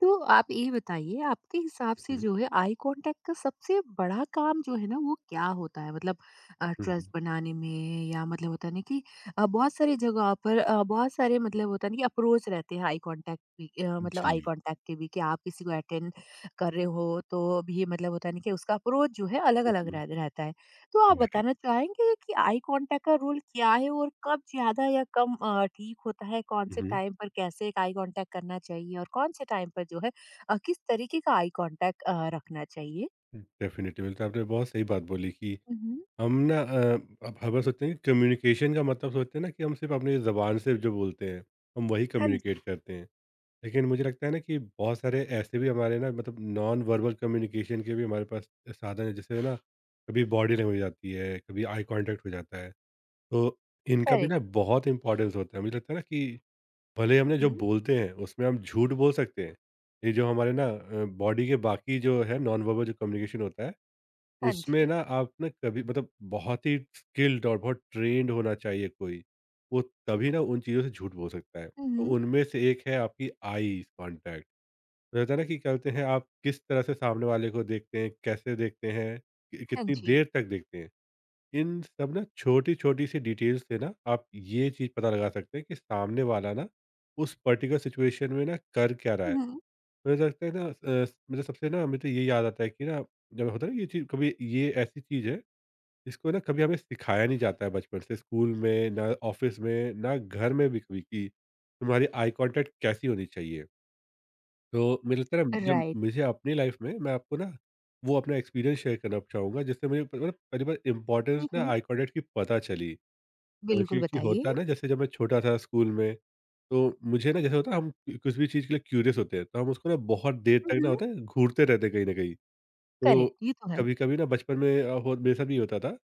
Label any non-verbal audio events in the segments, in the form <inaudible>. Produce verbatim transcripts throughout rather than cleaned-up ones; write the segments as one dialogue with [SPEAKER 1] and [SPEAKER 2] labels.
[SPEAKER 1] तो आप ये बताइए आपके हिसाब से
[SPEAKER 2] हुँ,
[SPEAKER 1] जो है आई कांटेक्ट का सबसे बड़ा काम जो है ना वो क्या होता है? मतलब अ,
[SPEAKER 2] हुँ,
[SPEAKER 1] ट्रस्ट
[SPEAKER 2] हुँ।
[SPEAKER 1] बनाने में या मतलब होता है ना कि अ, बहुत सारी जगहों पर अ, बहुत सारे मतलब होता है ना कि अप्रोच रहते हैं आई कांटेक्ट भी अ, मतलब आई
[SPEAKER 2] जी।
[SPEAKER 1] कांटेक्ट के भी कि आप किसी को अटेंड कर रहे हो तो भी मतलब होता है ना कि उसका अप्रोच जो है
[SPEAKER 2] हुँ,
[SPEAKER 1] अलग-अलग
[SPEAKER 2] हुँ।
[SPEAKER 1] रह, रहता है। तो आप
[SPEAKER 2] राइट।
[SPEAKER 1] बताना चाहेंगे कि आई कांटेक्ट का रोल क्या है और कब ज़्यादा या कम अ, ठीक होता है? कौन
[SPEAKER 2] हुँ,
[SPEAKER 1] से
[SPEAKER 2] हुँ।
[SPEAKER 1] टाइम पर कैसे आई कांटेक्ट करना चाहिए और कौन से टाइम पर जो है अ, किस तरीके का आई कांटेक्ट अ, रखना चाहिए?
[SPEAKER 2] डेफ़िनिटली, मतलब आपने बहुत सही बात बोली कि
[SPEAKER 1] हुँ।
[SPEAKER 2] हम ना, अ, अब हर बार सोचते हैं कि कम्युनिकेशन का मतलब सोचते हैं ना कि हम सिर्फ़ अपनी ज़बान से जो बोलते हैं, हम वही
[SPEAKER 1] हाँ जी,
[SPEAKER 2] कम्युनिकेट करते हैं। लेकिन मुझे लगता है ना कि बहुत सारे ऐसे भी हमारे ना मतलब नॉन वर्बल कम्युनिकेशन के भी हमारे पास साधन हैं, जैसे ना कभी बॉडी लैंग्वेज आती है, कभी आई कॉन्टैक्ट हो जाता है। तो इनका भी
[SPEAKER 1] करेक्ट।
[SPEAKER 2] ना बहुत इम्पोर्टेंस होता है। मुझे लगता है ना कि भले ही
[SPEAKER 1] हुँ,
[SPEAKER 2] हमने जो
[SPEAKER 1] हुँ।
[SPEAKER 2] बोलते हैं उसमें हम झूठ बोल सकते हैं। ये जो हमारे ना अ, बॉडी के बाकी जो है नॉन वर्बल जो कम्युनिकेशन होता है
[SPEAKER 1] हाँ
[SPEAKER 2] उसमें
[SPEAKER 1] जी।
[SPEAKER 2] ना आप ना कभी मतलब बहुत ही स्किल्ड और बहुत ट्रेन्ड होना चाहिए कोई। वो तभी ना उन चीज़ों से झूठ बोल सकता है।
[SPEAKER 1] हुँ,
[SPEAKER 2] तो
[SPEAKER 1] हुँ।
[SPEAKER 2] उनमें से एक है आपकी आईज़ कॉन्टैक्ट। रहता है ना कि क्या बोलते हैं आप किस तरह से सामने वाले को देखते हैं, कैसे देखते हैं, कि
[SPEAKER 1] हाँ
[SPEAKER 2] कितनी
[SPEAKER 1] जी।
[SPEAKER 2] देर तक देखते हैं। इन सब ना छोटी-छोटी सी डिटेल्स से ना आप ये चीज़ पता लगा सकते हैं कि सामने वाला ना उस पर्टिकुलर सिचुएशन में ना कर क्या रहा है।
[SPEAKER 1] हुँ, हुँ।
[SPEAKER 2] मुझे लगता है ना, अ, मतलब सबसे ना हमें तो ये याद आता है कि ना जब होता है ना ये चीज़, कभी ये ऐसी चीज़ है जिसको ना कभी हमें सिखाया नहीं जाता है बचपन से स्कूल में, ना ऑफ़िस में, ना घर में भी कभी, कि तुम्हारी आई कॉन्टैक्ट कैसी होनी चाहिए। तो मुझे लगता है ना, जब
[SPEAKER 1] राइट।
[SPEAKER 2] मुझे अपनी लाइफ़ में मैं आपको ना वो अपना एक्सपीरियंस शेयर करना चाहूँगा जिससे मुझे प- मतलब पहली बार इम्पोर्टेंस
[SPEAKER 1] हुँ,
[SPEAKER 2] ना
[SPEAKER 1] हुँ।
[SPEAKER 2] आई कॉन्टैक्ट की पता चली। अ,
[SPEAKER 1] बिल्कुल
[SPEAKER 2] क्योंकि होता है
[SPEAKER 1] बताइए।
[SPEAKER 2] ना जैसे जब मैं छोटा था स्कूल में, तो मुझे ना जैसे होता है हम कुछ भी चीज़ के लिए क्यूरियस होते हैं तो हम उसको ना बहुत देर
[SPEAKER 1] हुँ,
[SPEAKER 2] तक ना
[SPEAKER 1] हुँ।
[SPEAKER 2] होता है घूरते रहते हैं कहीं ना कहीं। तो
[SPEAKER 1] करेक्ट, ये तो है।
[SPEAKER 2] कभी कभी ना बचपन में अ, हो मेरे साथ भी होता था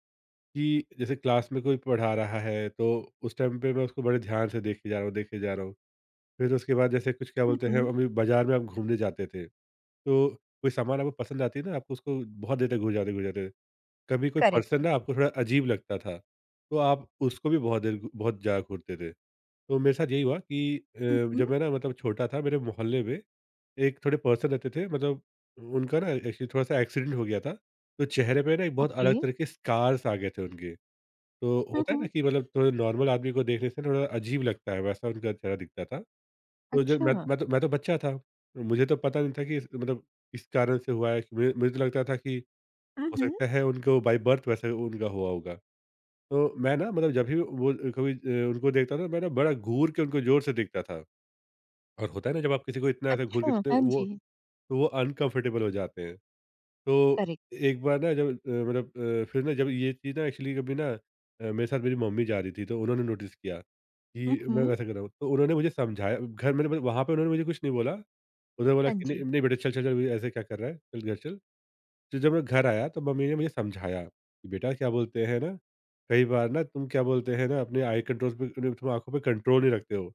[SPEAKER 2] कि जैसे क्लास में कोई पढ़ा रहा है तो उस टाइम पे मैं उसको बड़े ध्यान से देखे जा रहा हूँ देखे जा रहा हूँ, फिर उसके बाद जैसे कुछ क्या
[SPEAKER 1] हुँ,
[SPEAKER 2] बोलते हैं
[SPEAKER 1] हुँ।
[SPEAKER 2] अभी बाजार में आप घूमने जाते थे, तो कोई सामान आपको पसंद आती है ना, आपको उसको बहुत देर तक घूर जाते घूर जाते, कभी कोई
[SPEAKER 1] करेक्ट
[SPEAKER 2] पर्सन
[SPEAKER 1] है।
[SPEAKER 2] ना आपको थोड़ा अजीब लगता था, तो आप उसको भी बहुत देर बहुत ज़्यादा घूरते थे। तो मेरे साथ यही हुआ कि अ,
[SPEAKER 1] हुँ, हुँ।
[SPEAKER 2] जब मैं ना मतलब छोटा था, मेरे मोहल्ले में एक थोड़े पर्सन रहते थे, मतलब उनका ना एक्चुअली थोड़ा-सा एक्सीडेंट हो गया था, तो चेहरे पे ना एक बहुत
[SPEAKER 1] ओके।
[SPEAKER 2] अलग तरह के स्कार्स आ गए थे उनके। तो
[SPEAKER 1] हुँ,
[SPEAKER 2] होता है ना
[SPEAKER 1] हुँ।
[SPEAKER 2] कि मतलब थोड़ा नॉर्मल आदमी को देखने से थोड़ा अजीब लगता है, वैसा उनका चेहरा दिखता था। तो जब मैं
[SPEAKER 1] अच्छा।
[SPEAKER 2] मैं तो मैं तो बच्चा था, मुझे तो पता नहीं था कि इस मतलब किस कारण से हुआ है, कि मुझे मुझे तो लगता था कि
[SPEAKER 1] हुँ,
[SPEAKER 2] हो
[SPEAKER 1] हुँ।
[SPEAKER 2] सकता है उनको बाय बर्थ वैसे उनका हुआ होगा। तो मैं ना मतलब जब भी वो कभी अ, उनको देखता था, मैं ना बड़ा घूर के उनको ज़ोर से देखता था। और होता है ना जब आप किसी को इतना ऐसे घूर के
[SPEAKER 1] अच्छा,
[SPEAKER 2] देखते
[SPEAKER 1] हाँ
[SPEAKER 2] हो वो,
[SPEAKER 1] जी,
[SPEAKER 2] तो वो अनकम्फ़र्टेबल हो जाते हैं। तो
[SPEAKER 1] करेक्ट।
[SPEAKER 2] एक बार ना जब अ, मतलब अ, फिर ना जब ये चीज़ ना एक्चुअली कभी ना, अ, मेरे साथ मेरी मम्मी जा रही थी तो उन्होंने नोटिस किया
[SPEAKER 1] हुँ,
[SPEAKER 2] कि मैं
[SPEAKER 1] हुँ।
[SPEAKER 2] वैसा कर रहा हूँ। तो उन्होंने मुझे समझाया, घर में वहाँ पे उन्होंने मुझे कुछ नहीं बोला। उन्होंने बोला
[SPEAKER 1] हाँ
[SPEAKER 2] कि नहीं
[SPEAKER 1] जी।
[SPEAKER 2] नहीं बेटा, चल, चल, चल, ऐसे क्या कर रहा है? चल घर चल। तो जब मैं घर आया तो मम्मी ने मुझे समझाया कि बेटा, क्या बोलते हैं ना, कई बार ना तुम क्या बोलते हैं ना, अपने आई कंट्रोल पे तुम आंखों पे कंट्रोल नहीं रखते हो,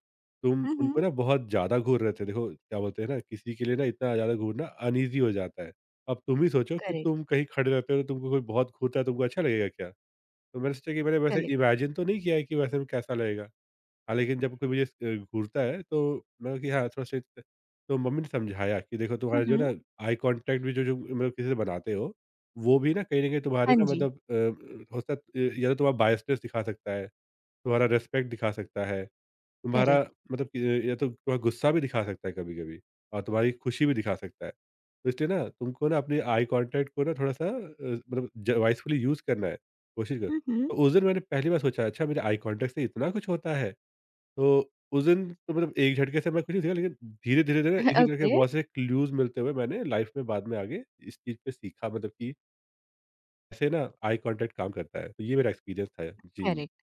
[SPEAKER 2] तुम
[SPEAKER 1] हुँ,
[SPEAKER 2] उनको
[SPEAKER 1] हुँ।
[SPEAKER 2] ना बहुत ज़्यादा घूर रहे थे, देखो क्या बोलते हैं ना, किसी के लिए ना इतना ज़्यादा घूरना अनईजी हो जाता है। अब तुम ही सोचो कि
[SPEAKER 1] करेक्ट,
[SPEAKER 2] तुम कहीं खड़े रहते हो तो तुमको कोई बहुत घूरता है, तुमको अच्छा लगेगा क्या? तो मैंने सोचा कि मैंने वैसे
[SPEAKER 1] करेक्ट।
[SPEAKER 2] इमेजिन तो नहीं किया है कि वैसे में कैसा लगेगा। हाँ, लेकिन जब कोई मुझे अ, घूरता है, तो मैं कि हाँ, थोड़ा सा। तो मम्मी ने समझाया कि देखो
[SPEAKER 1] हुँ,
[SPEAKER 2] तुम्हारा जो है
[SPEAKER 1] हुँ।
[SPEAKER 2] ना आई कॉन्टैक्ट भी जो जो मतलब किसी से बनाते हो, वो भी ना कहीं न कहीं तुम्हारे
[SPEAKER 1] हाँ
[SPEAKER 2] ना
[SPEAKER 1] जी,
[SPEAKER 2] मतलब, अ, हो सक या तो तुम्हारा बायसनेस दिखा सकता है, तुम्हारा रिस्पेक्ट दिखा सकता है, तुम्हारा
[SPEAKER 1] करेक्ट।
[SPEAKER 2] मतलब कि, या तो तुम्हारा गुस्सा भी दिखा सकता है कभी-कभी, और तुम्हारी खुशी भी दिखा सकता है। तो इसलिए ना तुमको ना अपने आई कॉन्टैक्ट को ना थोड़ा-सा अ, मतलब ज वाइसफुली यूज़ करना है, कोशिश करो।
[SPEAKER 1] हुँ, हुँ।
[SPEAKER 2] तो उस दिन मैंने पहली बार सोचा, अच्छा मेरे आई कॉन्टैक्ट से इतना कुछ होता है? तो उस दिन तो मतलब एक झटके से मैं कुछ नहीं सीखा, लेकिन धीरे-धीरे ना इसी तरह के
[SPEAKER 1] ओके,
[SPEAKER 2] बहुत से क्लूज़ मिलते हुए मैंने लाइफ़ में बाद में आगे इस चीज़ पे सीखा, मतलब कि ऐसे ना आई कॉन्टैक्ट काम करता है। तो ये मेरा एक्सपीरियंस था। जी।
[SPEAKER 1] करेक्ट। <laughs>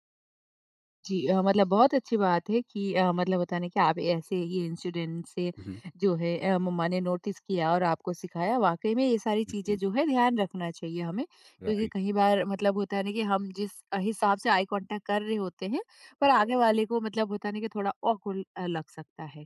[SPEAKER 1] जी अ, मतलब बहुत अच्छी बात है कि अ, मतलब होता है ना कि आप ऐसे ये इंसिडेंट से
[SPEAKER 2] हुँ, हुँ।
[SPEAKER 1] जो है अ, मम्मा ने नोटिस किया और आपको सिखाया वाकई में ये सारी चीज़ें
[SPEAKER 2] बिल्कुल,
[SPEAKER 1] जो है ध्यान रखना चाहिए हमें, क्योंकि
[SPEAKER 2] राइट।
[SPEAKER 1] कई बार मतलब होता है ना कि हम जिस हिसाब से आई कांटेक्ट कर रहे होते हैं पर आगे
[SPEAKER 2] हाँ,
[SPEAKER 1] वाले को मतलब होता है ना कि थोड़ा awkward अ, लग सकता है।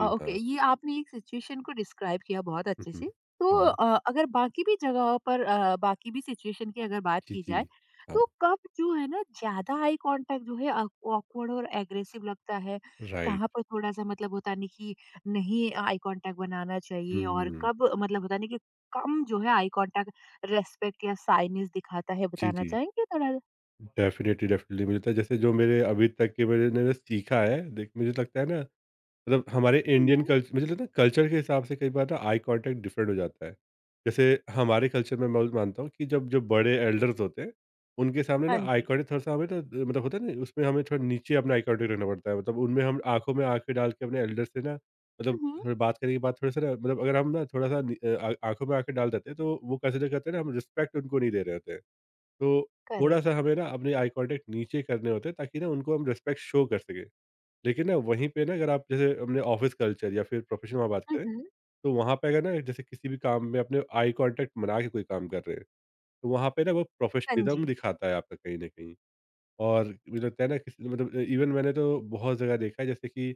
[SPEAKER 1] अ, ओके,
[SPEAKER 2] हाँ।
[SPEAKER 1] ये आपने एक सिचुएशन को डिस्क्राइब किया बहुत
[SPEAKER 2] हुँ,
[SPEAKER 1] अच्छे
[SPEAKER 2] हुँ।
[SPEAKER 1] से। तो
[SPEAKER 2] हाँ।
[SPEAKER 1] अ, अगर बाकी भी जगहों पर अ, बाकी भी सिचुएशन की अगर बात
[SPEAKER 2] जी,
[SPEAKER 1] की
[SPEAKER 2] जी।
[SPEAKER 1] जाए
[SPEAKER 2] हाँ,
[SPEAKER 1] तो कब जो है ना ज़्यादा आई कॉन्टैक्ट जो है ऑकवर्ड और एग्रेसिव लगता है,
[SPEAKER 2] राइट।
[SPEAKER 1] कहाँ पर थोड़ा-सा मतलब होता नहीं कि नहीं आई कॉन्टैक्ट बनाना चाहिए और
[SPEAKER 2] हुँ।
[SPEAKER 1] कब मतलब होता नहीं कि कम जो है आई कॉन्टैक्ट रिस्पेक्ट या साइनिस दिखाता है,
[SPEAKER 2] जी,
[SPEAKER 1] बताना
[SPEAKER 2] जी।
[SPEAKER 1] चाहेंगे थोड़ा?
[SPEAKER 2] डेफ़िनिटली, डेफ़िनिटली मुझे लगता है जैसे जो मेरे अभी तक के मैंने मैंने सीखा है, देख मुझे लगता है ना, मतलब हमारे
[SPEAKER 1] हुँ,
[SPEAKER 2] इंडियन
[SPEAKER 1] हुँ।
[SPEAKER 2] कल्च मुझे लगता है कल्चर के हिसाब से कई बार ना आई कांटेक्ट डिफरेंट हो जाता है। जैसे हमारे कल्चर में मैं मानता हूँ कि जब जो बड़े एल्डर्स होते हैं, उनके सामने
[SPEAKER 1] हाँ
[SPEAKER 2] ना आई
[SPEAKER 1] जी।
[SPEAKER 2] कांटेक्ट थोड़ा-सा हमें ना, मतलब होता है ना उसमें हमें थोड़ा नीचे अपना आई कांटेक्ट रखना पड़ता है। मतलब उनमें हम आँखों में आँखें डाल के अपने एल्डर्स से ना, मतलब
[SPEAKER 1] हुँ, हुँ।
[SPEAKER 2] थोड़ी बात करने के बाद थोड़ा-सा ना, मतलब अगर हम ना थोड़ा-सा नि अ, आ आँखों में आँखें डाल देते हैं, तो वो कंसीडर करते हैं ना हम रिस्पेक्ट उनको नहीं दे रहे होते हैं। तो
[SPEAKER 1] करेक्ट।
[SPEAKER 2] थोड़ा-सा हमें ना अपने आई कांटेक्ट नीचे करने होते हैं ताकि ना उनको हम रिस्पेक्ट शो कर सकें। लेकिन ना वहीं पे ना, अगर आप जैसे अपने ऑफ़िस कल्चर या फिर प्रोफ़ेशन में बात
[SPEAKER 1] हुँ,
[SPEAKER 2] करें,
[SPEAKER 1] हुँ।
[SPEAKER 2] तो वहाँ पे अगर ना जैसे किसी भी काम में अपने आई कॉन्टैक्ट बना के कोई काम कर रहे हैं, तो वहाँ पे ना वो
[SPEAKER 1] हाँ
[SPEAKER 2] प्रोफ़ेशनलिज़्म
[SPEAKER 1] जी।
[SPEAKER 2] दिखाता है आपका कहीं न कहीं। और मुझे लगता है ना, किसी मतलब इवन मैंने तो बहुत जगह देखा है, जैसे कि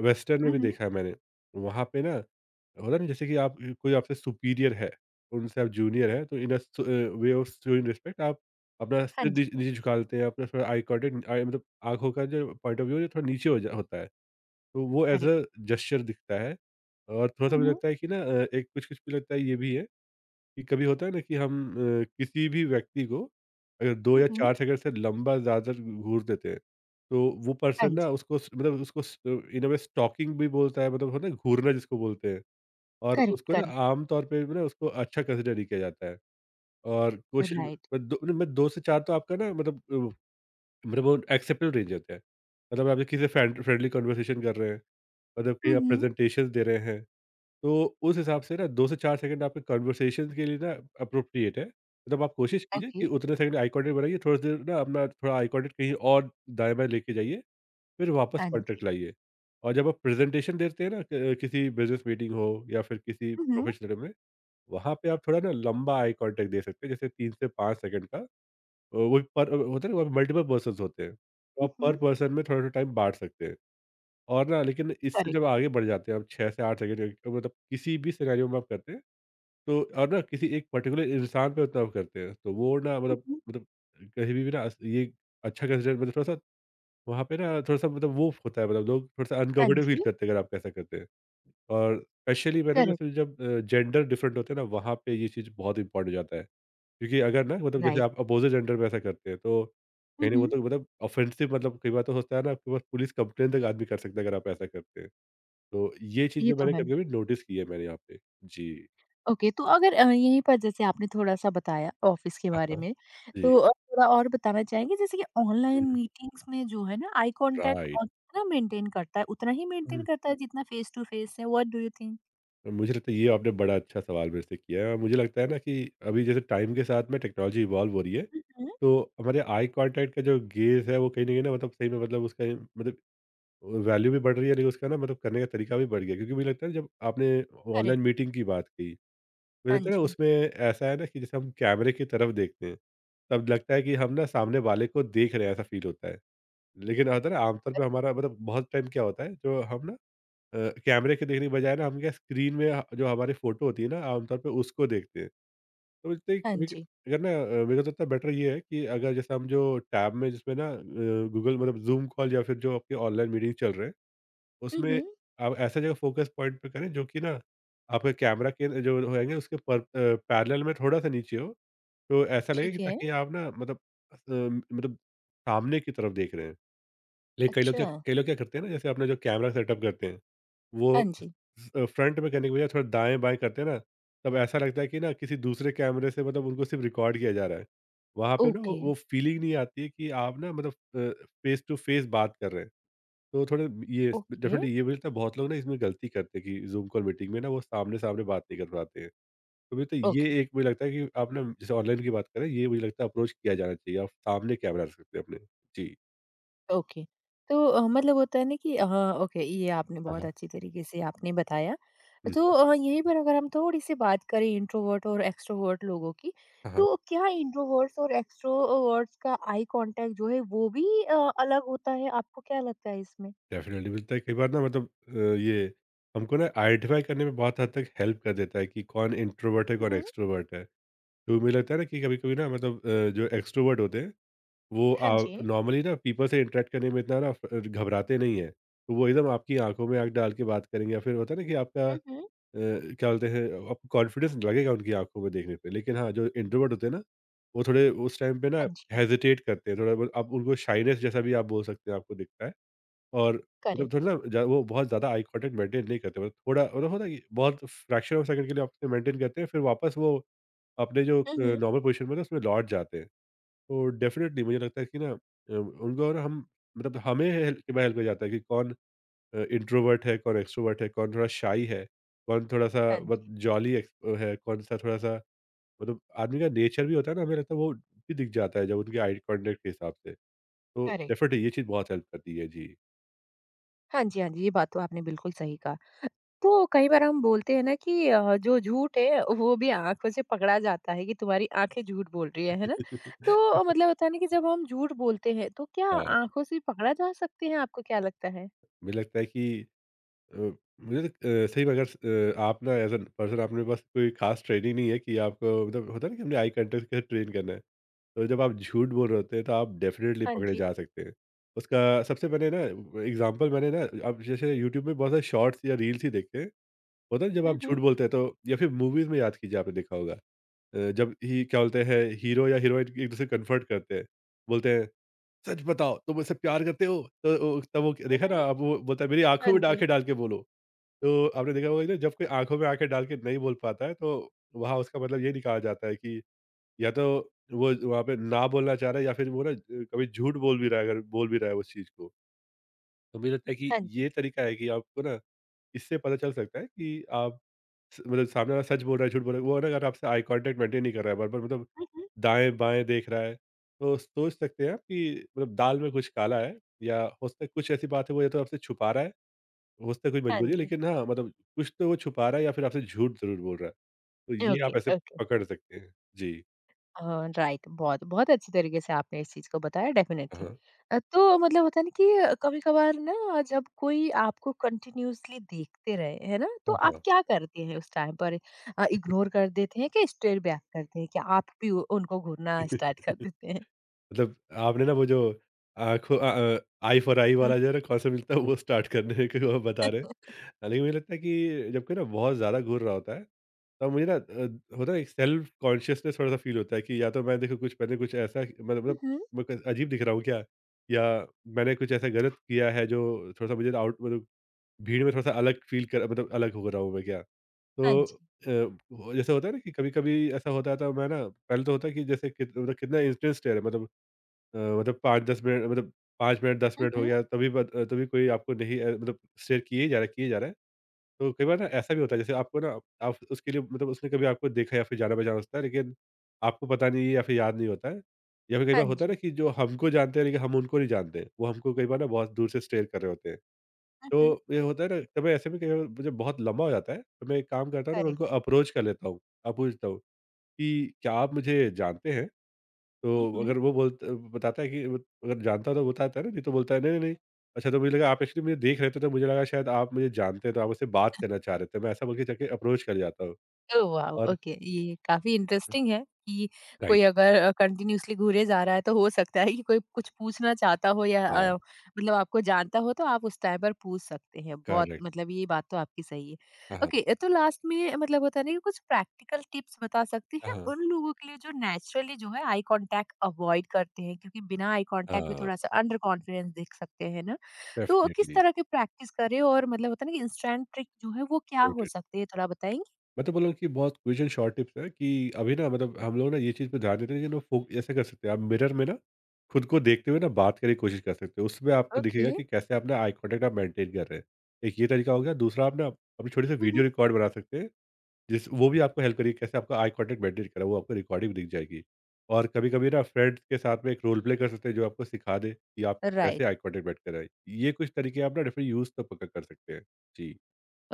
[SPEAKER 2] वेस्टर्न में
[SPEAKER 1] हुँ,
[SPEAKER 2] भी
[SPEAKER 1] हुँ।
[SPEAKER 2] देखा है मैंने। वहाँ पे ना होता है ना, जैसे कि आप, कोई आपसे सुपीरियर है, उनसे आप जूनियर हैं, तो इन अ, स वे ऑफ शोइंग रिस्पेक्ट आप अपना
[SPEAKER 1] हाँ
[SPEAKER 2] सिर
[SPEAKER 1] जी।
[SPEAKER 2] नीच नीचे झुका लेते हैं, अपना थोड़ा आई कॉन्टैक्ट, आई मतलब आँखों का जो पॉइंट ऑफ व्यू है थोड़ा नीचे हो जा होता है। तो वो एज़
[SPEAKER 1] करेक्ट।
[SPEAKER 2] अ जेस्चर दिखता है। और थोड़ा-सा
[SPEAKER 1] हुँ,
[SPEAKER 2] मुझे
[SPEAKER 1] हुँ।
[SPEAKER 2] लगता है कि ना, अ, एक कुछ-कुछ मुझे लगता है ये भी है कि कभी होता है ना कि हम अ, किसी भी व्यक्ति को अगर दो
[SPEAKER 1] हुँ,
[SPEAKER 2] या
[SPEAKER 1] हुँ।
[SPEAKER 2] चार सेकंड से लंबा ज़्यादातर घूर देते हैं, तो वो
[SPEAKER 1] हाँ
[SPEAKER 2] पर्सन ना,
[SPEAKER 1] जी।
[SPEAKER 2] उसको स मतलब उसको स इन अ वे स्टॉकिंग भी बोलता है, मतलब होता है ना घूरना जिसको बोलते हैं, और
[SPEAKER 1] करेक्ट,
[SPEAKER 2] उसको ना
[SPEAKER 1] करेक्ट।
[SPEAKER 2] आम तौर पे भी ना उसको अच्छा कंसिडर नहीं किया जाता है। और कुछ
[SPEAKER 1] राइट।
[SPEAKER 2] अ, दो मतलब दो से चार, तो आपका ना मतलब, अ, मतलब वो एक्सेप्टेबल रेंज होता है। मतलब आप किसी से फ्रेंड फ्रेंडली कन्वर्सेशन कर रहे हैं और जब कहीं
[SPEAKER 1] हुँ,
[SPEAKER 2] आप
[SPEAKER 1] हुँ।
[SPEAKER 2] प्रेजेंटेशंस दे रहे हैं, तो उस हिसाब से ना दो से चार सेकंड आपके कन्वर्सेशंस के लिए ना अप्रोप्रिएट है। मतलब आप कोशिश कीजिए
[SPEAKER 1] ओके।
[SPEAKER 2] कि उतने सेकंड आई कांटेक्ट बनाइए, थोड़ी देर ना अपना थोड़ा आई कांटेक्ट कहीं और दाएँ-बाएँ लेके जाइए, फिर वापस
[SPEAKER 1] हाँ
[SPEAKER 2] कांटेक्ट
[SPEAKER 1] जी।
[SPEAKER 2] लाइए। और जब आप प्रेजेंटेशन देते हैं ना, क किसी बिज़नेस मीटिंग हो या फिर किसी
[SPEAKER 1] हुँ, हुँ।
[SPEAKER 2] प्रोफेशनल में, वहाँ पे आप थोड़ा ना लंबा आई कांटेक्ट दे सकते हैं, जैसे तीन से पांच सेकंड का। अ, वो पर होता है ना, वहाँ पे मल्टीपल पर्सन्स होते हैं, तो
[SPEAKER 1] हुँ,
[SPEAKER 2] आप पर
[SPEAKER 1] हुँ।
[SPEAKER 2] पर्सन में थोड़ा-थोड़ा टाइम बाँट सकते हैं। और ना लेकिन इससे जब
[SPEAKER 1] करेक्ट।
[SPEAKER 2] आगे बढ़ जाते हैं आप छह से आठ सेकंड, अ, मतलब किसी भी सिनेरियो में आप करते हैं, तो और ना किसी एक पर्टिकुलर इंसान पे उतना आप करते हैं, तो वो ना
[SPEAKER 1] हुँ,
[SPEAKER 2] मतलब
[SPEAKER 1] हुँ।
[SPEAKER 2] मतलब कहीं भी ना, अस ये अच्छा कंसिडर, मतलब थोड़ा-सा, वहाँ पे ना थोड़ा-सा, मतलब वो होता है मतलब लोग थोड़ा-सा
[SPEAKER 1] हाँ
[SPEAKER 2] अनकम्फर्टेबल फील
[SPEAKER 1] जी।
[SPEAKER 2] करते हैं अगर आप ऐसा करते हैं। और स्पेशली मैंने ना
[SPEAKER 1] करेक्ट।
[SPEAKER 2] फिर जब अ, जेंडर डिफरेंट होते हैं ना वहाँ पे ये चीज़ बहुत इम्पोर्टेंट हो जाता है। क्योंकि अगर ना मतलब जैसे
[SPEAKER 1] राइट।
[SPEAKER 2] आप अपोज़िट जेंडर में ऐसा करते हैं तो
[SPEAKER 1] हुँ,
[SPEAKER 2] कहीं न वो
[SPEAKER 1] हुँ।
[SPEAKER 2] तो मतलब ऑफेंसिव मतलब कई बार तो होता है ना, आपके पास पुलिस कंप्लेंट तक आदमी कर सकता है अगर आप ऐसा करते हैं। तो ये चीज़
[SPEAKER 1] ये
[SPEAKER 2] जो
[SPEAKER 1] तो
[SPEAKER 2] मैंने
[SPEAKER 1] है।
[SPEAKER 2] कभी-कभी नोटिस की है मैंने यहाँ पे। जी।
[SPEAKER 1] ओके, तो अगर अ, यहीं पर जैसे आपने थोड़ा-सा बताया ऑफ़िस के
[SPEAKER 2] हाँ,
[SPEAKER 1] बारे
[SPEAKER 2] हाँ।
[SPEAKER 1] में,
[SPEAKER 2] जी।
[SPEAKER 1] तो अ, थोड़ा और बताना चाहेंगे जैसे कि
[SPEAKER 2] हुँ,
[SPEAKER 1] ऑनलाइन मीटिंग्स में जो है ना आई कॉन्टैक्ट
[SPEAKER 2] राइट।
[SPEAKER 1] अ, कितना मेंटेन करता है, उतना ही
[SPEAKER 2] हुँ,
[SPEAKER 1] मेंटेन करता है जितना फेस टू फेस है, व्हाट डू यू थिंक?
[SPEAKER 2] मुझे लगता है ये आपने बड़ा अच्छा सवाल मेरे से किया है और मुझे लगता है ना कि अभी जैसे टाइम के साथ में टेक्नोलॉजी इवॉल्व हो रही है,
[SPEAKER 1] हुँ, हुँ।
[SPEAKER 2] तो हमारे आई कॉन्टैक्ट का जो गेज़ है वो कहीं न कहीं ना मतलब सही में मतलब उसका मतलब वैल्यू भी बढ़ रही है, लेकिन उसका ना मतलब करने का तरीका भी बढ़ गया है। क्योंकि मुझे लगता है जब आपने ऑनलाइन
[SPEAKER 1] करेक्ट।
[SPEAKER 2] मीटिंग की बात कही, मुझे
[SPEAKER 1] हाँ
[SPEAKER 2] लगता है ना
[SPEAKER 1] जी।
[SPEAKER 2] उसमें ऐसा है ना कि जैसे हम कैमरे की तरफ देखते हैं, तब लगता है कि हम ना सामने वाले को देख रहे हैं, ऐसा फ़ील होता है। लेकिन होता है ना, आमतौर पे हमारा मतलब बहुत टाइम क्या होता है जो हम ना अ, कैमरे के देखने के बजाय ना हम क्या, स्क्रीन में ह जो हमारी फ़ोटो होती है ना आमतौर पे उसको देखते हैं। तो मुझे लगता है कि
[SPEAKER 1] हाँ
[SPEAKER 2] कभी
[SPEAKER 1] जी।
[SPEAKER 2] अगर ना अ, मेरे को तो लगता है बेटर ये है कि अगर जैसे हम जो टैब में जिसमें ना अ, गूगल मतलब ज़ूम कॉल या फिर जो आपके ऑनलाइन मीटिंग चल रहे हैं
[SPEAKER 1] हुँ,
[SPEAKER 2] उसमें
[SPEAKER 1] हुँ।
[SPEAKER 2] आप ऐसा जगह फ़ोकस पॉइंट पे करें जो कि ना आपके कैमरा के जो होएँगे उसके पर अ, पैरेलल में थोड़ा-सा नीचे हो। तो ऐसा लगे कि
[SPEAKER 1] ठीक है।
[SPEAKER 2] ताकि आप ना मतलब अ, मतलब सामने की तरफ देख रहे हैं। लेकिन कई लोग क्या
[SPEAKER 1] अच्छा।
[SPEAKER 2] कई लोग क्या करते हैं ना, जैसे अपना जो कैमरा सेटअप करते हैं वो
[SPEAKER 1] हाँ जी।
[SPEAKER 2] अ, फ्रंट में करने की बजाय थोड़ा दाएँ-बाएँ करते हैं ना, तब ऐसा लगता है कि ना किसी दूसरे कैमरे से मतलब उनको सिर्फ़ रिकॉर्ड किया जा रहा है। वहाँ पे ना वो
[SPEAKER 1] ओके,
[SPEAKER 2] वो फ़ीलिंग नहीं आती है कि आप ना मतलब अ, फ़ेस टू फ़ेस बात कर रहे हैं। तो थोड़े ये
[SPEAKER 1] ओके,
[SPEAKER 2] डेफ़िनेटली ये मुझे लगता है बहुत लोग ना इसमें गलती करते हैं कि ज़ूम कॉल मीटिंग में ना वो सामने-सामने बात नहीं कर पाते हैं। तो मुझे तो
[SPEAKER 1] ओके।
[SPEAKER 2] ये एक मुझे लगता है कि आप ना जैसे ऑनलाइन की बात करें, ये मुझे लगता है अप्रोच किया जाना चाहिए। आप सामने कैमरा रख सकते हैं अपने। जी।
[SPEAKER 1] ओके। तो अ, मतलब होता है ना कि हाँ, ओके, ये आपने
[SPEAKER 2] हाँ,
[SPEAKER 1] बहुत
[SPEAKER 2] हाँ।
[SPEAKER 1] अच्छी तरीके से आपने बताया।
[SPEAKER 2] हुँ,
[SPEAKER 1] तो
[SPEAKER 2] हुँ।
[SPEAKER 1] अ, यहीं पर अगर हम थोड़ी-सी बात करें इंट्रोवर्ट और एक्सट्रोवर्ट लोगों की,
[SPEAKER 2] हाँ, हाँ।
[SPEAKER 1] तो क्या इंट्रोवर्ट्स और एक्सट्रोवर्ट्स का आई कॉन्टैक्ट जो है वो भी अ, अलग होता है? आपको क्या लगता है इसमें?
[SPEAKER 2] डेफ़िनेटली मिलता है कई बार ना मतलब अ, ये हमको ना आइडेंटिफ़ाई करने में बहुत हद तक हेल्प कर देता है कि कौन इंट्रोवर्ट है,
[SPEAKER 1] हुँ,
[SPEAKER 2] कौन
[SPEAKER 1] हुँ।
[SPEAKER 2] एक्सट्रोवर्ट है। तो मुझे लगता है ना कि कभी-कभी ना मतलब अ, जो एक्सट्रोवर्ट होते हैं वो
[SPEAKER 1] हाँ
[SPEAKER 2] अ,
[SPEAKER 1] जी।
[SPEAKER 2] नॉर्मली ना पीपल से इंटरैक्ट करने में इतना ना अ, घबराते नहीं हैं। तो वो एकदम आपकी आँखों में आँख डाल के बात करेंगे, या फिर होता है ना कि आपका अ,
[SPEAKER 1] हुँ, हुँ।
[SPEAKER 2] क्या बोलते हैं, आपको कॉन्फिडेंस लगेगा उनकी आँखों में देखने पे। लेकिन हाँ, जो इंट्रोवर्ट होते हैं ना, वो थोड़े उस टाइम पे ना
[SPEAKER 1] हाँ जी।
[SPEAKER 2] हेजिटेट करते हैं, थोड़ा बहुत आप उनको शाइनेस जैसा भी आप बोल सकते हैं, आपको दिखता है। और मतलब
[SPEAKER 1] करेक्ट।
[SPEAKER 2] थोड़ा ना ज वो बहुत ज़्यादा आई कॉन्टैक्ट मेंटेन नहीं करते, मतलब थोड़ा मतलब होता है कि बहुत फ्रैक्शन ऑफ सेकंड के लिए आपसे मेंटेन करते हैं, फिर वापस वो अपने जो अ,
[SPEAKER 1] हुँ, हुँ।
[SPEAKER 2] नॉर्मल पोज़ीशन में ना उसमें लौट जाते हैं। तो डेफ़िनेटली मुझे लगता है कि ना अ, उनको ना हम मतलब हमें हेल्प के हेल्प हो जाता है कि कौन अ, इंट्रोवर्ट है, कौन एक्सट्रोवर्ट है, कौन थोड़ा शाई है, कौन थोड़ा-सा
[SPEAKER 1] हाँ
[SPEAKER 2] बहुत
[SPEAKER 1] जी,
[SPEAKER 2] जॉली एक्स है, कौन-सा थोड़ा-सा मतलब आदमी का नेचर भी होता है ना, हमें लगता है वो भी दिख जाता है जब उनके आई कॉन्टैक्ट के हिसाब से। तो
[SPEAKER 1] करेक्ट।
[SPEAKER 2] डेफ़िनेटली ये चीज़ बहुत हेल्प करती है। जी।
[SPEAKER 1] हाँ जी, हाँ जी। ये बात तो आपने बिल्कुल सही कहा। तो कई बार हम बोलते हैं ना कि अ, जो झूठ है वो भी आंखों से पकड़ा जाता है कि तुम्हारी आंखें झूठ बोल रही है, है ना? तो
[SPEAKER 2] <laughs>
[SPEAKER 1] मतलब होता है ना कि जब हम झूठ बोलते हैं तो क्या
[SPEAKER 2] हाँ,
[SPEAKER 1] आंखों से पकड़ा जा सकते हैं आपको क्या लगता है?
[SPEAKER 2] मुझे लगता है कि अ, मुझे लग अ, सही में अगर स अ, आप ना एज़ एन पर्सन आपने पास कोई ख़ास ट्रेनिंग नहीं है कि आपको मतलब होता है ना कि हमने आई कॉन्टैक्ट कैसे ट्रेन करना है। तो जब आप झूठ बोल रहे होते हैं, तो आप डेफ़िनेटली
[SPEAKER 1] हाँ
[SPEAKER 2] पकड़े
[SPEAKER 1] जी।
[SPEAKER 2] जा सकते हैं। उसका सबसे पहले ना एग्ज़ाम्पल मैंने ना अब जैसे यूट्यूब में बहुत सारे शॉर्ट्स या रील्स ही देखे हैं। होता है ना जब आप
[SPEAKER 1] हुँ,
[SPEAKER 2] झूठ
[SPEAKER 1] हुँ।
[SPEAKER 2] बोलते हैं तो, या फिर मूवीज़ में याद कीजिए आपने देखा होगा। अ, जब ही क्या बोलते हैं, हीरो या हीरोइन एक-दूसरे को कन्फर्ट करते हैं। बोलते हैं, "सच बताओ तुम मुझसे प्यार करते हो?" तो ओ तब वो
[SPEAKER 1] हुँ,
[SPEAKER 2] देखा ना
[SPEAKER 1] हुँ।
[SPEAKER 2] अब वो बोलता है, "मेरी
[SPEAKER 1] हाँ
[SPEAKER 2] आँखों में
[SPEAKER 1] जी।
[SPEAKER 2] आँखें डाल के बोलो।" तो आपने देखा होगा कि ना जब कोई आँखों में आँखें डाल के नहीं बोल पाता है, तो वहाँ उसका मतलब ये निकाला जाता है कि या तो वो वहाँ पे ना बोलना चाह रहा है या फिर वो ना अ, कभी झूठ बोल भी रहा है, अगर बोल भी रहा है उस चीज़ को। तो मुझे लगता है कि
[SPEAKER 1] हाँ जी।
[SPEAKER 2] ये तरीका है कि आपको ना इससे पता चल सकता है कि आप स मतलब सामने वाला सच बोल रहा है, झूठ बोल रहा है। वो ना अगर आपसे आई कॉन्टैक्ट मेंटेन नहीं कर रहा है, बार-बार मतलब
[SPEAKER 1] हुँ, हुँ।
[SPEAKER 2] दाएँ-बाएँ देख रहा है, तो सोच सकते हैं आप कि मतलब दाल में कुछ काला है, या हो सकता है कुछ ऐसी बात है वो या तो आपसे छुपा रहा है, हो सकता है कोई
[SPEAKER 1] हाँ
[SPEAKER 2] मजबूरी है,
[SPEAKER 1] जी।
[SPEAKER 2] लेकिन हाँ, मतलब कुछ तो वो छुपा रहा है या फिर आपसे झूठ ज़रूर बोल रहा है। तो ये
[SPEAKER 1] ओके,
[SPEAKER 2] आप ऐसे
[SPEAKER 1] ओके।
[SPEAKER 2] पकड़ सकते हैं। जी।
[SPEAKER 1] हाँ, राइट, बहुत बहुत अच्छी तरीके से आपने इस चीज को बताया
[SPEAKER 2] हाँ,
[SPEAKER 1] डेफिनेटली।
[SPEAKER 2] हाँ।
[SPEAKER 1] तो मतलब होता है ना कि कभी कभार ना जब कोई आपको कंटिन्यूअसली देखते रहे है ना तो आप
[SPEAKER 2] हाँ,
[SPEAKER 1] क्या करते हैं उस टाइम पर, इग्नोर कर देते हैं कि स्टेयर बैक करते हैं कि आप भी उ- उनको घूरना
[SPEAKER 2] <laughs>
[SPEAKER 1] स्टार्ट कर
[SPEAKER 2] हाँ।
[SPEAKER 1] देते हैं?
[SPEAKER 2] मतलब आपने ना वो जो आँखों अ अ, आई फॉर आई वाला जो है ना
[SPEAKER 1] <laughs>
[SPEAKER 2] कॉन्सेप्ट मिलता है, वो स्टार्ट करने <laughs> की वो आप बता रहे हैं। हालाँकि मुझे लगता है कि जब कोई ना बहुत ज़्यादा घूर रहा होता है, तब मुझे ना अ, होता है, एक सेल्फ कॉन्शियसनेस थोड़ा-सा फ़ील होता है कि या तो मैं देखो कुछ मैंने कुछ ऐसा मतलब मतलब
[SPEAKER 1] हम्म,
[SPEAKER 2] मैं क अजीब दिख रहा हूँ क्या? या मैंने कुछ ऐसा गलत किया है जो थोड़ा-सा मुझे आउट मतलब भीड़ में थोड़ा-सा अलग फ़ील कर मतलब अलग हो रहा हूँ मैं क्या?
[SPEAKER 1] हाँ
[SPEAKER 2] तो
[SPEAKER 1] जी।
[SPEAKER 2] अ, वो जैसे होता है ना कि कभी-कभी ऐसा होता है, तो मैं ना पहले तो होता है कि जैसे कित मतलब कितना इंस्टेंस टेयर है, मतलब अ, मतलब पाँच से दस मिनट मतलब पाँच मिनट दस मिनट हो
[SPEAKER 1] हम्म,
[SPEAKER 2] गया, तभी बत अ, तभी कोई आपको नहीं अ, मतलब शेयर किए जा रहा है, किए जा रहा है। तो कई बार ना ऐसा भी होता है, जैसे आपको ना आप उसके लिए मतलब उसने कभी आपको देखा या फिर जाना-पहचाना होता है, लेकिन आपको पता नहीं है या फिर याद नहीं होता है। या फिर कई
[SPEAKER 1] हाँ
[SPEAKER 2] बार होता है
[SPEAKER 1] जी।
[SPEAKER 2] ना कि जो हमको जानते हैं लेकिन हम उनको नहीं जानते। वो हमको कई बार ना बहुत दूर से स्टेयर कर रहे होते हैं।
[SPEAKER 1] हम्म,
[SPEAKER 2] तो ये होता है ना, तो मैं ऐसे में कई बार मुझे बहुत लंबा हो जाता है, तो मैं एक काम करता हूँ ना, मैं उनको
[SPEAKER 1] करेक्ट।
[SPEAKER 2] अप्रोच कर लेता हूँ। अ, पूछता हूँ कि क्या आप मुझे जानते हैं? तो अगर वो बोलत बताता है कि वो, अगर जानता तो बताता है ना, नहीं तो बोलता है, "नहीं, नहीं, नहीं। अच्छा, तो मुझे लगा आप एक्चुअली मुझे देख रहे थे, तो मुझे लगा शायद आप मुझे जानते हैं, तो आप मुझसे बात करना चाह रहे थे।" मैं ऐसा बोल के जाके अप्रोच कर जाता हूँ
[SPEAKER 1] ओह वाओ!
[SPEAKER 2] और
[SPEAKER 1] ओके, ये काफ़ी इंटरेस्टिंग है कि
[SPEAKER 2] राइट।
[SPEAKER 1] कोई अगर अ, कंटिन्यूअसली घूरे जा रहा है तो हो सकता है कि कोई कुछ पूछना चाहता हो या
[SPEAKER 2] हाँ,
[SPEAKER 1] अ,
[SPEAKER 2] करेक्ट।
[SPEAKER 1] मतलब आपको जानता हो तो आप उस टाइम पर पूछ सकते हैं। बहुत
[SPEAKER 2] करेक्ट।
[SPEAKER 1] मतलब ये बात तो आपकी सही है। ओके, तो लास्ट में मतलब होता है ना कि कुछ प्रैक्टिकल टिप्स बता सकते
[SPEAKER 2] हाँ,
[SPEAKER 1] हैं
[SPEAKER 2] हाँ।
[SPEAKER 1] उन लोगों के लिए जो नेचुरली जो है आई कॉन्टैक्ट अवॉइड करते हैं क्योंकि बिना आई कॉन्टैक्ट भी
[SPEAKER 2] हाँ,
[SPEAKER 1] थोड़ा-सा अंडर कॉन्फिडेंस दिख सकते हैं ना। तो किस
[SPEAKER 2] डेफ़िनेटली।
[SPEAKER 1] तरह की प्रैक्टिस करें और मतलब होता है ना कि इंस्टेंट ट्रिक जो है वो क्या
[SPEAKER 2] राइट,
[SPEAKER 1] हो
[SPEAKER 2] राइट।
[SPEAKER 1] सकती है थोड़ा बताएँगी?
[SPEAKER 2] मैं तो बोल रहा हूँ कि बहुत क्विक एंड शॉर्ट टिप्स हैं कि अभी ना मतलब हम लोग ना ये चीज़ पे ध्यान देते हैं कि लोग फोक ऐसे कर सकते हैं, आप मिरर में ना खुद को देखते हुए ना बात करने की कोशिश कर सकते हो, उसमें आपको
[SPEAKER 1] ओके।
[SPEAKER 2] दिखेगा कि कैसे आप ना आई कॉन्टैक्ट आप मेंटेन कर रहे हैं। एक ये तरीका हो गया, दूसरा आप ना अपनी छोटी सी
[SPEAKER 1] मम्म।
[SPEAKER 2] वीडियो रिकॉर्ड बना सकते हैं, जिस वो भी आपको हेल्प करेगी कैसे आपका आई कॉन्टैक्ट मेंटेन करा, वो आपको रिकॉर्डिंग दिख जाएगी। और कभी कभी ना फ्रेंड्स के साथ में एक रोल प्ले कर सकते हैं जो आपको सिखा दे कि आपको कैसे आई
[SPEAKER 1] राइट,
[SPEAKER 2] कॉन्टैक्ट बैठ कराए। ये कुछ तरीके आप ना डेफिनेटली यूज़ तो पक्का कर सकते हैं। जी।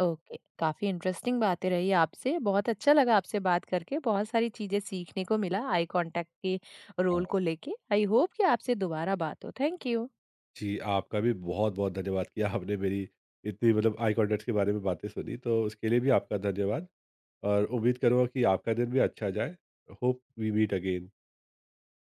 [SPEAKER 1] ओके, काफी इंटरेस्टिंग बातें रही आपसे, बहुत अच्छा लगा आपसे बात करके, बहुत सारी चीजें सीखने को मिला आई कांटेक्ट के रोल को लेके। आई होप कि आपसे दोबारा बात हो। Thank you.
[SPEAKER 2] जी, आपका भी बहुत-बहुत धन्यवाद कि आपने मेरी इतनी मतलब आई कॉन्टैक्ट के बारे में बातें सुनी, तो उसके लिए भी आपका धन्यवाद। और उम्मीद करूँगा कि आपका दिन भी अच्छा जाए। Hope we meet again.